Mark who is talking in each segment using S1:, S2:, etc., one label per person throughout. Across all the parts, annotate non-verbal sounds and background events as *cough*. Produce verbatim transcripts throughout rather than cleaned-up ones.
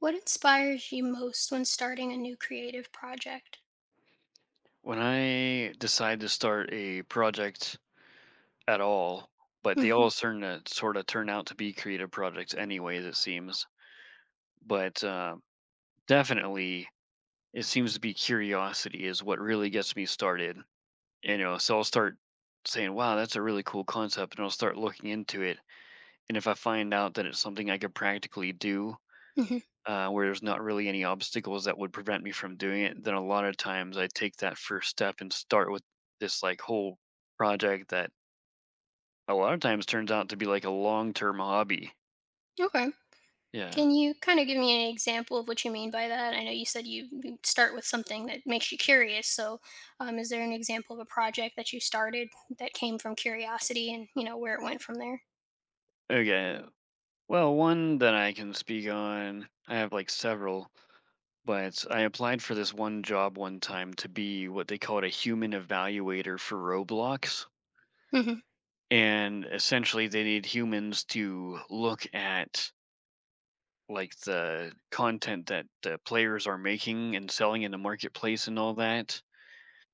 S1: What inspires you most when starting a new creative project?
S2: When I decide to start a project at all, but they
S1: Mhm,
S2: all turn to sort of turn out to be creative projects anyways, it seems. But uh, definitely, it seems to be curiosity is what really gets me started. You know, so I'll start saying, "Wow, that's a really cool concept," and I'll start looking into it. And if I find out that it's something I could practically do,
S1: mhm.
S2: uh, where there's not really any obstacles that would prevent me from doing it, then a lot of times I take that first step and start with this like whole project that a lot of times turns out to be like a long term hobby.
S1: Okay.
S2: Yeah.
S1: Can you kind of give me an example of what you mean by that? I know you said you you start with something that makes you curious. So, um, is there an example of a project that you started that came from curiosity and, you know, where it went from there?
S2: Okay. Well, one that I can speak on, I have like several, but I applied for this one job one time to be what they called a human evaluator for Roblox.
S1: Hmm,
S2: And essentially, they need humans to look at like the content that the players are making and selling in the marketplace and all that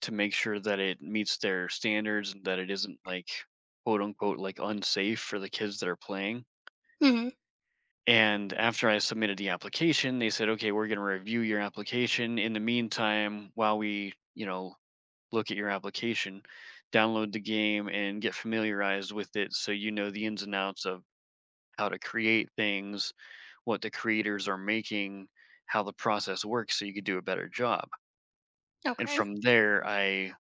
S2: to make sure that it meets their standards and that it isn't like quote unquote like unsafe for the kids that are playing.
S1: hmm.
S2: And after I submitted the application, they said, okay, we're going to review your application. In the meantime, while we, you know, look at your application, download the game and get familiarized with it so you know the ins and outs of how to create things, what the creators are making, how the process works so you could do a better job. And
S1: Okay.
S2: from there, I,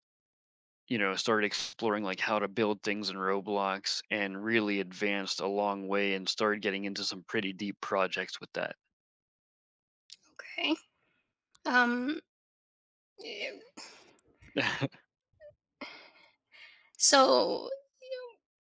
S2: you know, started exploring like how to build things in Roblox and really advanced a long way and started getting into some pretty deep projects with that.
S1: Okay. Um, eh,
S2: *laughs*
S1: so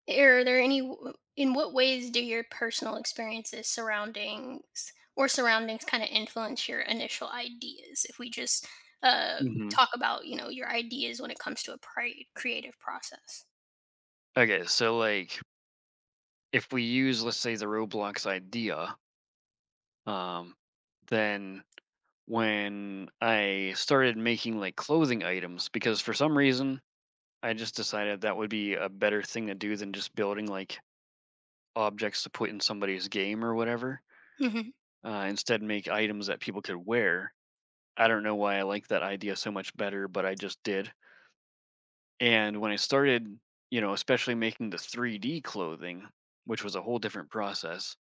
S1: are there any w- in what ways do your personal experiences, surroundings, or surroundings kind of influence your initial ideas? If we just uh,
S2: hmm
S1: talk about, you know, your ideas when it comes to a pri- creative process.
S2: Okay, so like if we use, let's say, the Roblox idea, um, then when I started making like clothing items, because for some reason I just decided that would be a better thing to do than just building like objects to put in somebody's game or whatever.
S1: Hmm.
S2: Uh, instead, make items that people could wear. I don't know why I like that idea so much better, but I just did. And when I started, you know, especially making the three D clothing, which was a whole different process,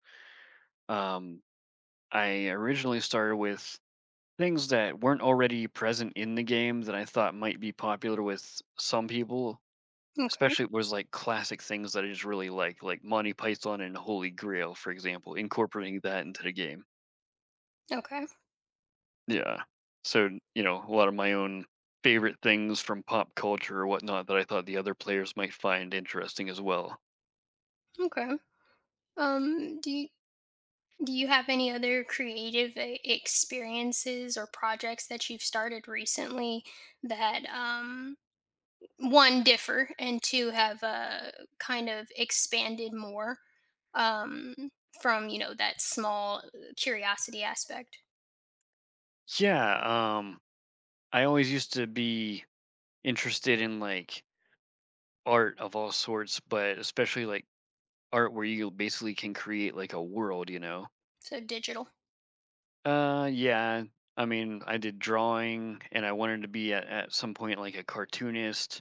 S2: um, I originally started with things that weren't already present in the game that I thought might be popular with some people.
S1: Okay.
S2: Especially was like classic things that I just really like, like Monty Python and Holy Grail, for example, incorporating that into the game.
S1: Okay.
S2: Yeah. So, you know, a lot of my own favorite things from pop culture or whatnot that I thought the other players might find interesting as well.
S1: Okay. Um. Do you do you have any other creative e- experiences or projects that you've started recently that um one differ and two have uh, kind of expanded more, um, from, you know, that small uh, curiosity aspect?
S2: Yeah. Um, I always used to be interested in like art of all sorts, but especially like art where you basically can create like a world, you know?
S1: So digital.
S2: Uh, yeah. I mean, I did drawing and I wanted to be at, at some point like a cartoonist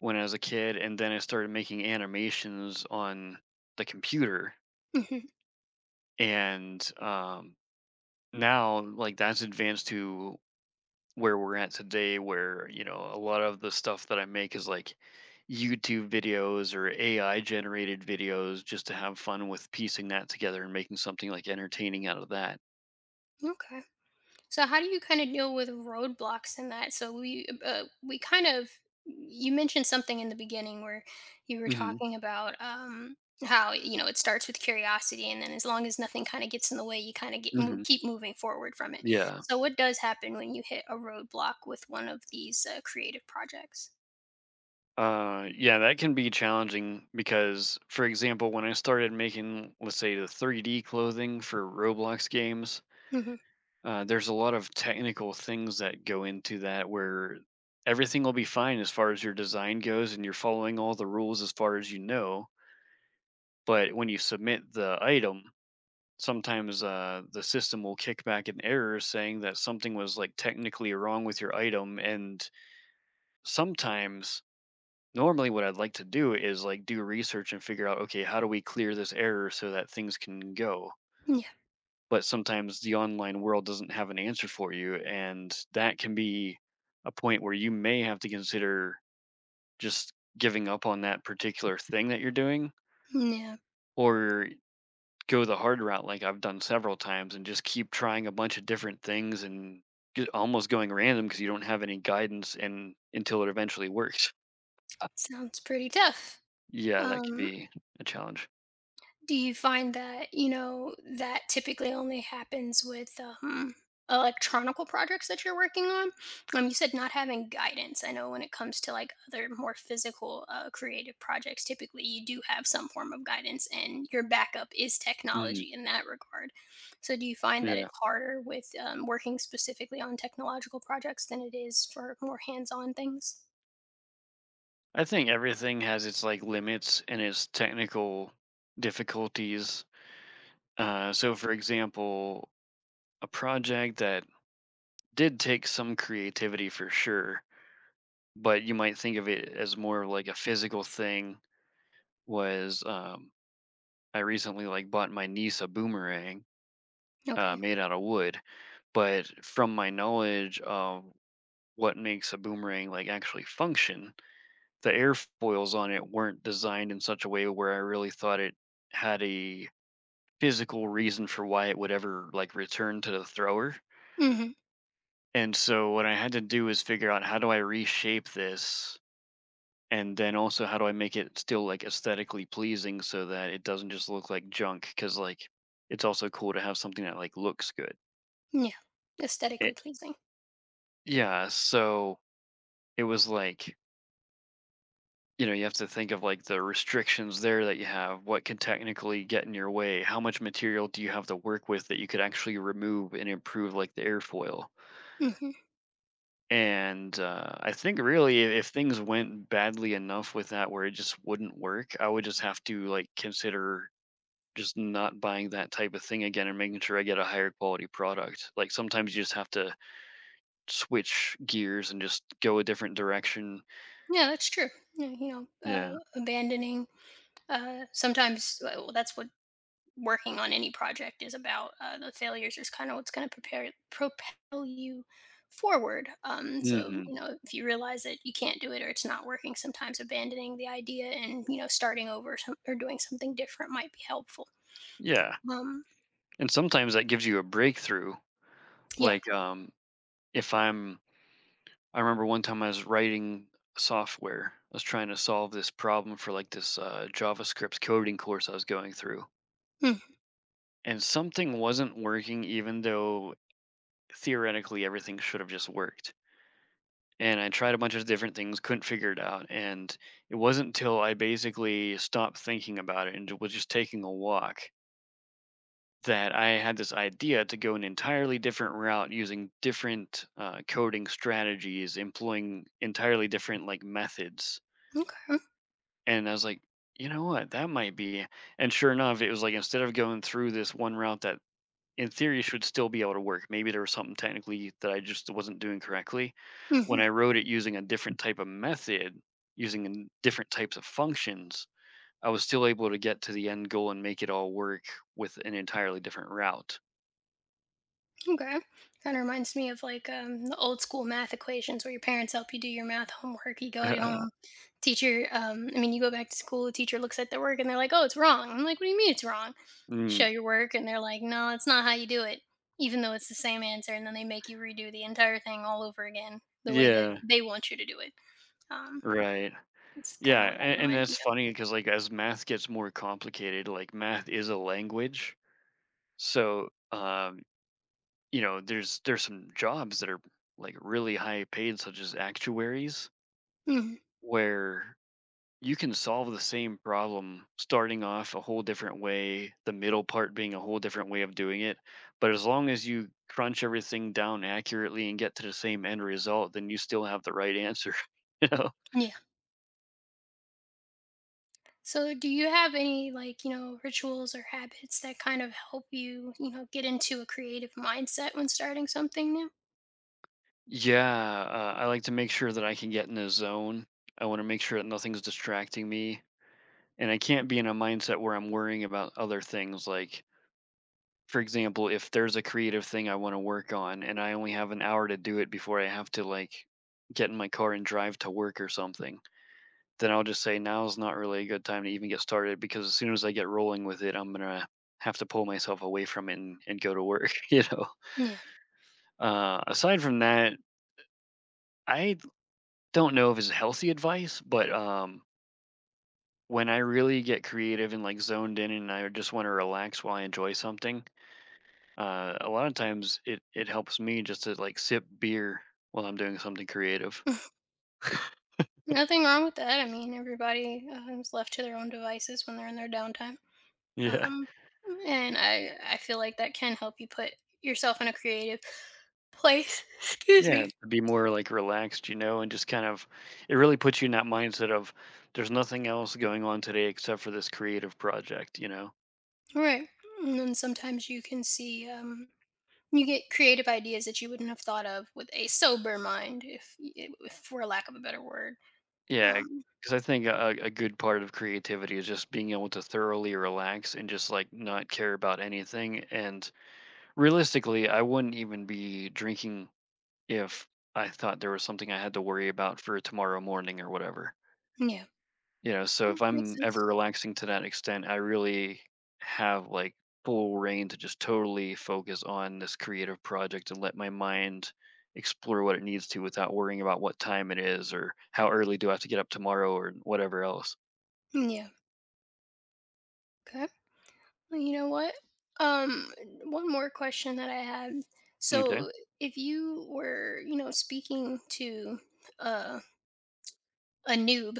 S2: when I was a kid. And then I started making animations on the computer.
S1: Hmm.
S2: And um, Now, like, that's advanced to where we're at today, where, you know, a lot of the stuff that I make is like YouTube videos or A I generated videos just to have fun with piecing that together and making something like entertaining out of that.
S1: Okay. So how do you kind of deal with roadblocks in that? So we uh, we kind of, you mentioned something in the beginning where you were
S2: Hmm
S1: talking about, um, how, you know, it starts with curiosity, and then as long as nothing kind of gets in the way, you kind of get move,
S2: hmm
S1: keep moving forward from it.
S2: Yeah.
S1: So what does happen when you hit a roadblock with one of these uh, creative projects?
S2: Uh, yeah, that can be challenging because, for example, when I started making, let's say, the three D clothing for Roblox games,
S1: Hmm.
S2: uh, there's a lot of technical things that go into that where everything will be fine as far as your design goes and you're following all the rules as far as you know. But when you submit the item, sometimes uh, the system will kick back an error saying that something was like technically wrong with your item. And sometimes normally what I'd like to do is like do research and figure out, okay, how do we clear this error so that things can go?
S1: Yeah,
S2: But sometimes the online world doesn't have an answer for you. And that can be a point where you may have to consider just giving up on that particular thing that you're doing,
S1: yeah,
S2: or go the hard route, like I've done several times, and just keep trying a bunch of different things and get- almost going random because you don't have any guidance and until it eventually works.
S1: sounds pretty tough.
S2: Yeah, that could
S1: Um,
S2: be a challenge.
S1: Do you find that, you know, that typically only happens with, um, electronical projects that you're working on? Um, you said not having guidance. I know when it comes to like other more physical uh, creative projects, typically you do have some form of guidance and your backup is
S2: Mhm.
S1: technology in that regard. So do you find that it's harder with, um, working specifically on technological projects than it is for more hands on things?
S2: I think everything has its like limits and its technical difficulties. Uh, so, for example, a project that did take some creativity for sure, but you might think of it as more of like a physical thing. Was um, I recently like bought my niece a boomerang uh,
S1: Okay.
S2: made out of wood, but from my knowledge of what makes a boomerang like actually function, the airfoils on it weren't designed in such a way where I really thought it had a physical reason for why it would ever like return to the thrower.
S1: Mm-hmm.
S2: And so what I had to do is figure out how do I reshape this and then also how do I make it still like aesthetically pleasing so that it doesn't just look like junk cuz like it's also cool to have something that like looks good.
S1: Yeah. Aesthetically
S2: It,
S1: pleasing.
S2: yeah, so it was like you know, you have to think of like the restrictions there that you have, what can technically get in your way, how much material do you have to work with that you could actually remove and improve like the airfoil.
S1: Hmm.
S2: And uh, I think really, i- if things went badly enough with that where it just wouldn't work, I would just have to like consider just not buying that type of thing again and making sure I get a higher quality product. Like sometimes you just have to switch gears and just go a different direction.
S1: Yeah, that's true. Yeah, you know,
S2: Yeah.
S1: uh, abandoning. Uh, sometimes, uh, well, that's what working on any project is about. Uh, the failures is kind of what's going to prepare propel you forward. Um, so,
S2: hmm
S1: you know, if you realize that you can't do it or it's not working, sometimes abandoning the idea and, you know, starting over some, or doing something different might be helpful.
S2: Yeah.
S1: Um,
S2: And sometimes that gives you a breakthrough.
S1: yeah.
S2: Like um, if I'm, I remember one time I was writing software. I was trying to solve this problem for like this uh, JavaScript coding course I was going through,
S1: Mm,
S2: and something wasn't working even though theoretically everything should have just worked, and I tried a bunch of different things, couldn't figure it out. And it wasn't until I basically stopped thinking about it and ju- was just taking a walk that I had this idea to go an entirely different route using different uh, coding strategies, employing entirely different like methods.
S1: okay.
S2: And I was like, you know what, that might be, and sure enough it was. Like instead of going through this one route that in theory should still be able to work, maybe there was something technically that I just wasn't doing correctly. When
S1: Mhm.
S2: I wrote it using a different type of method, using an- different types of functions, I was still able to get to the end goal and make it all work with an entirely different route.
S1: Okay. Kind of reminds me of like, um, the old school math equations where your parents help you do your math homework. You go home,
S2: *laughs*
S1: teacher, um, I mean, you go back to school, teacher looks at the work and they're like, oh, it's wrong. I'm like, what do you mean it's wrong? Show
S2: Mm,
S1: your work and they're like, no, it's not how you do it, even though it's the same answer. And then they make you redo the entire thing all over again the way that
S2: yeah,
S1: they want you to do it. Um,
S2: right.
S1: it's kind
S2: Yeah,
S1: of what that
S2: and, and
S1: reminds me
S2: that's
S1: of.
S2: funny because like as math gets more complicated, like math is a language. So, um, you know, there's there's some jobs that are like really high paid, such as actuaries,
S1: Mhm.
S2: where you can solve the same problem starting off a whole different way, the middle part being a whole different way of doing it. But as long as you crunch everything down accurately and get to the same end result, then you still have the right answer. *laughs* You know?
S1: Yeah. So, do you have any, like, you know, rituals or habits that kind of help you, you know, get into a creative mindset when starting something new?
S2: Yeah, uh, I like to make sure that I can get in a zone. I want to make sure that nothing's distracting me. And I can't be in a mindset where I'm worrying about other things, like for example, if there's a creative thing I want to work on and I only have an hour to do it before I have to like get in my car and drive to work or something, then I'll just say now's not really a good time to even get started because as soon as I get rolling with it, I'm gonna have to pull myself away from it and, and go to work. *laughs* You know.
S1: Yeah.
S2: Uh, aside from that, I don't know if it's healthy advice, but um, when I really get creative and like zoned in and I just want to relax while I enjoy something, Uh, a lot of times it it helps me just to like sip beer while I'm doing something creative.
S1: Nothing wrong with that. I mean, everybody uh, is left to their own devices when they're in their downtime.
S2: Yeah.
S1: Um, and I, I feel like that can help you put yourself in a creative place. *laughs* Excuse me.
S2: Yeah, to be more like relaxed, you know, and just kind of it really puts you in that mindset of there's nothing else going on today except for this creative project, you know.
S1: Right. And then sometimes you can see, um, you get creative ideas that you wouldn't have thought of with a sober mind, if, if for lack of a better word.
S2: Yeah,
S1: Um,
S2: because I think a, a good part of creativity is just being able to thoroughly relax and just like not care about anything. And realistically, I wouldn't even be drinking if I thought there was something I had to worry about for tomorrow morning or whatever.
S1: yeah.
S2: You know, so
S1: Mm,
S2: if
S1: makes
S2: I'm ever
S1: sense.
S2: relaxing to that extent, I really have like full reign to just totally focus on this creative project and let my mind explore what it needs to without worrying about what time it is or how early do I have to get up tomorrow or whatever else.
S1: Mm, yeah. Okay. Well, you know what? Um, one more question that I had.
S2: Okay.
S1: So, if you were, you know, speaking to uh, a noob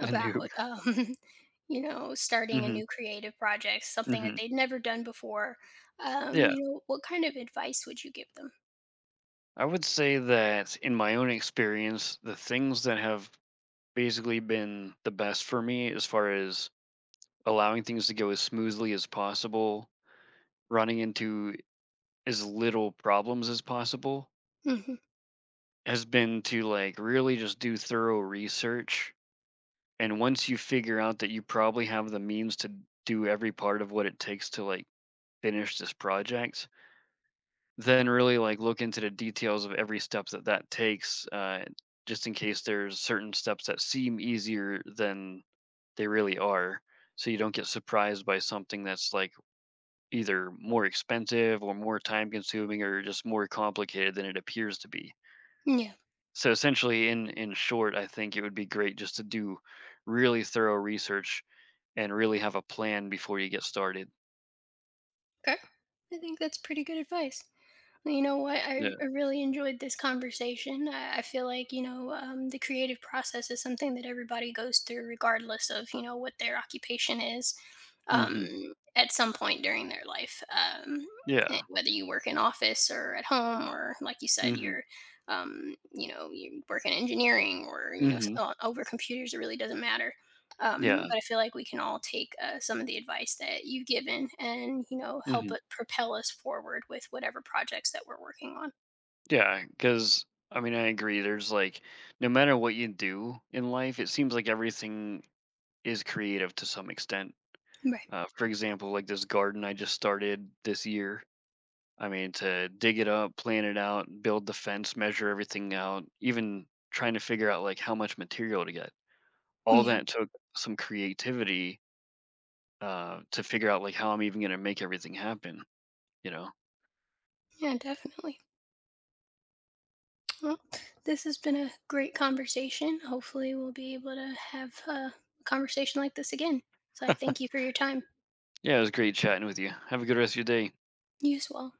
S2: *laughs* A noob.
S1: um, *laughs* you know, starting a
S2: Hmm
S1: new creative project, something that
S2: hmm
S1: they'd never done before, um,
S2: Yeah.
S1: you know, what kind of advice would you give them?
S2: I would say that in my own experience, the things that have basically been the best for me as far as allowing things to go as smoothly as possible, running into as little problems as possible,
S1: Hmm.
S2: has been to like really just do thorough research. And once you figure out that you probably have the means to do every part of what it takes to like finish this project, then really like look into the details of every step that that takes, uh, just in case there's certain steps that seem easier than they really are. So you don't get surprised by something that's like either more expensive or more time consuming or just more complicated than it appears to be.
S1: Yeah.
S2: So essentially, in in short, I think it would be great just to do really thorough research and really have a plan before you get started.
S1: Okay. I think that's pretty good advice. Well, you know what? I,
S2: Yeah.
S1: I really enjoyed this conversation. I, I feel like, you know, um, the creative process is something that everybody goes through, regardless of, you know, what their occupation is, um,
S2: Mhm.
S1: at some point during their life. Um, eh,
S2: Yeah.
S1: whether you work in office or at home, or like you said,
S2: Mhm.
S1: you're, um, you know, you work in engineering or, you know, s-
S2: Mhm.
S1: o- over computers, it really doesn't matter. Um,
S2: Yeah.
S1: but I feel like we can all take uh, some of the advice that you've given and, you know, help
S2: Mhm.
S1: it propel us forward with whatever projects that we're working on.
S2: Yeah. Because I mean, I agree. There's like, no matter what you do in life, it seems like everything is creative to some extent.
S1: Right.
S2: Uh, for example, like this garden I just started this year. I mean, to dig it up, plan it out, build the fence, measure everything out, even trying to figure out like how much material to get. All
S1: Yeah.
S2: that took some creativity uh, to figure out like how I'm even going to make everything happen. You know?
S1: Yeah, definitely. Well, this has been a great conversation. Hopefully, we'll be able to have uh, a conversation like this again. So I thank you for your time.
S2: Yeah, it was great chatting with you. Have a good rest of your day.
S1: You as well.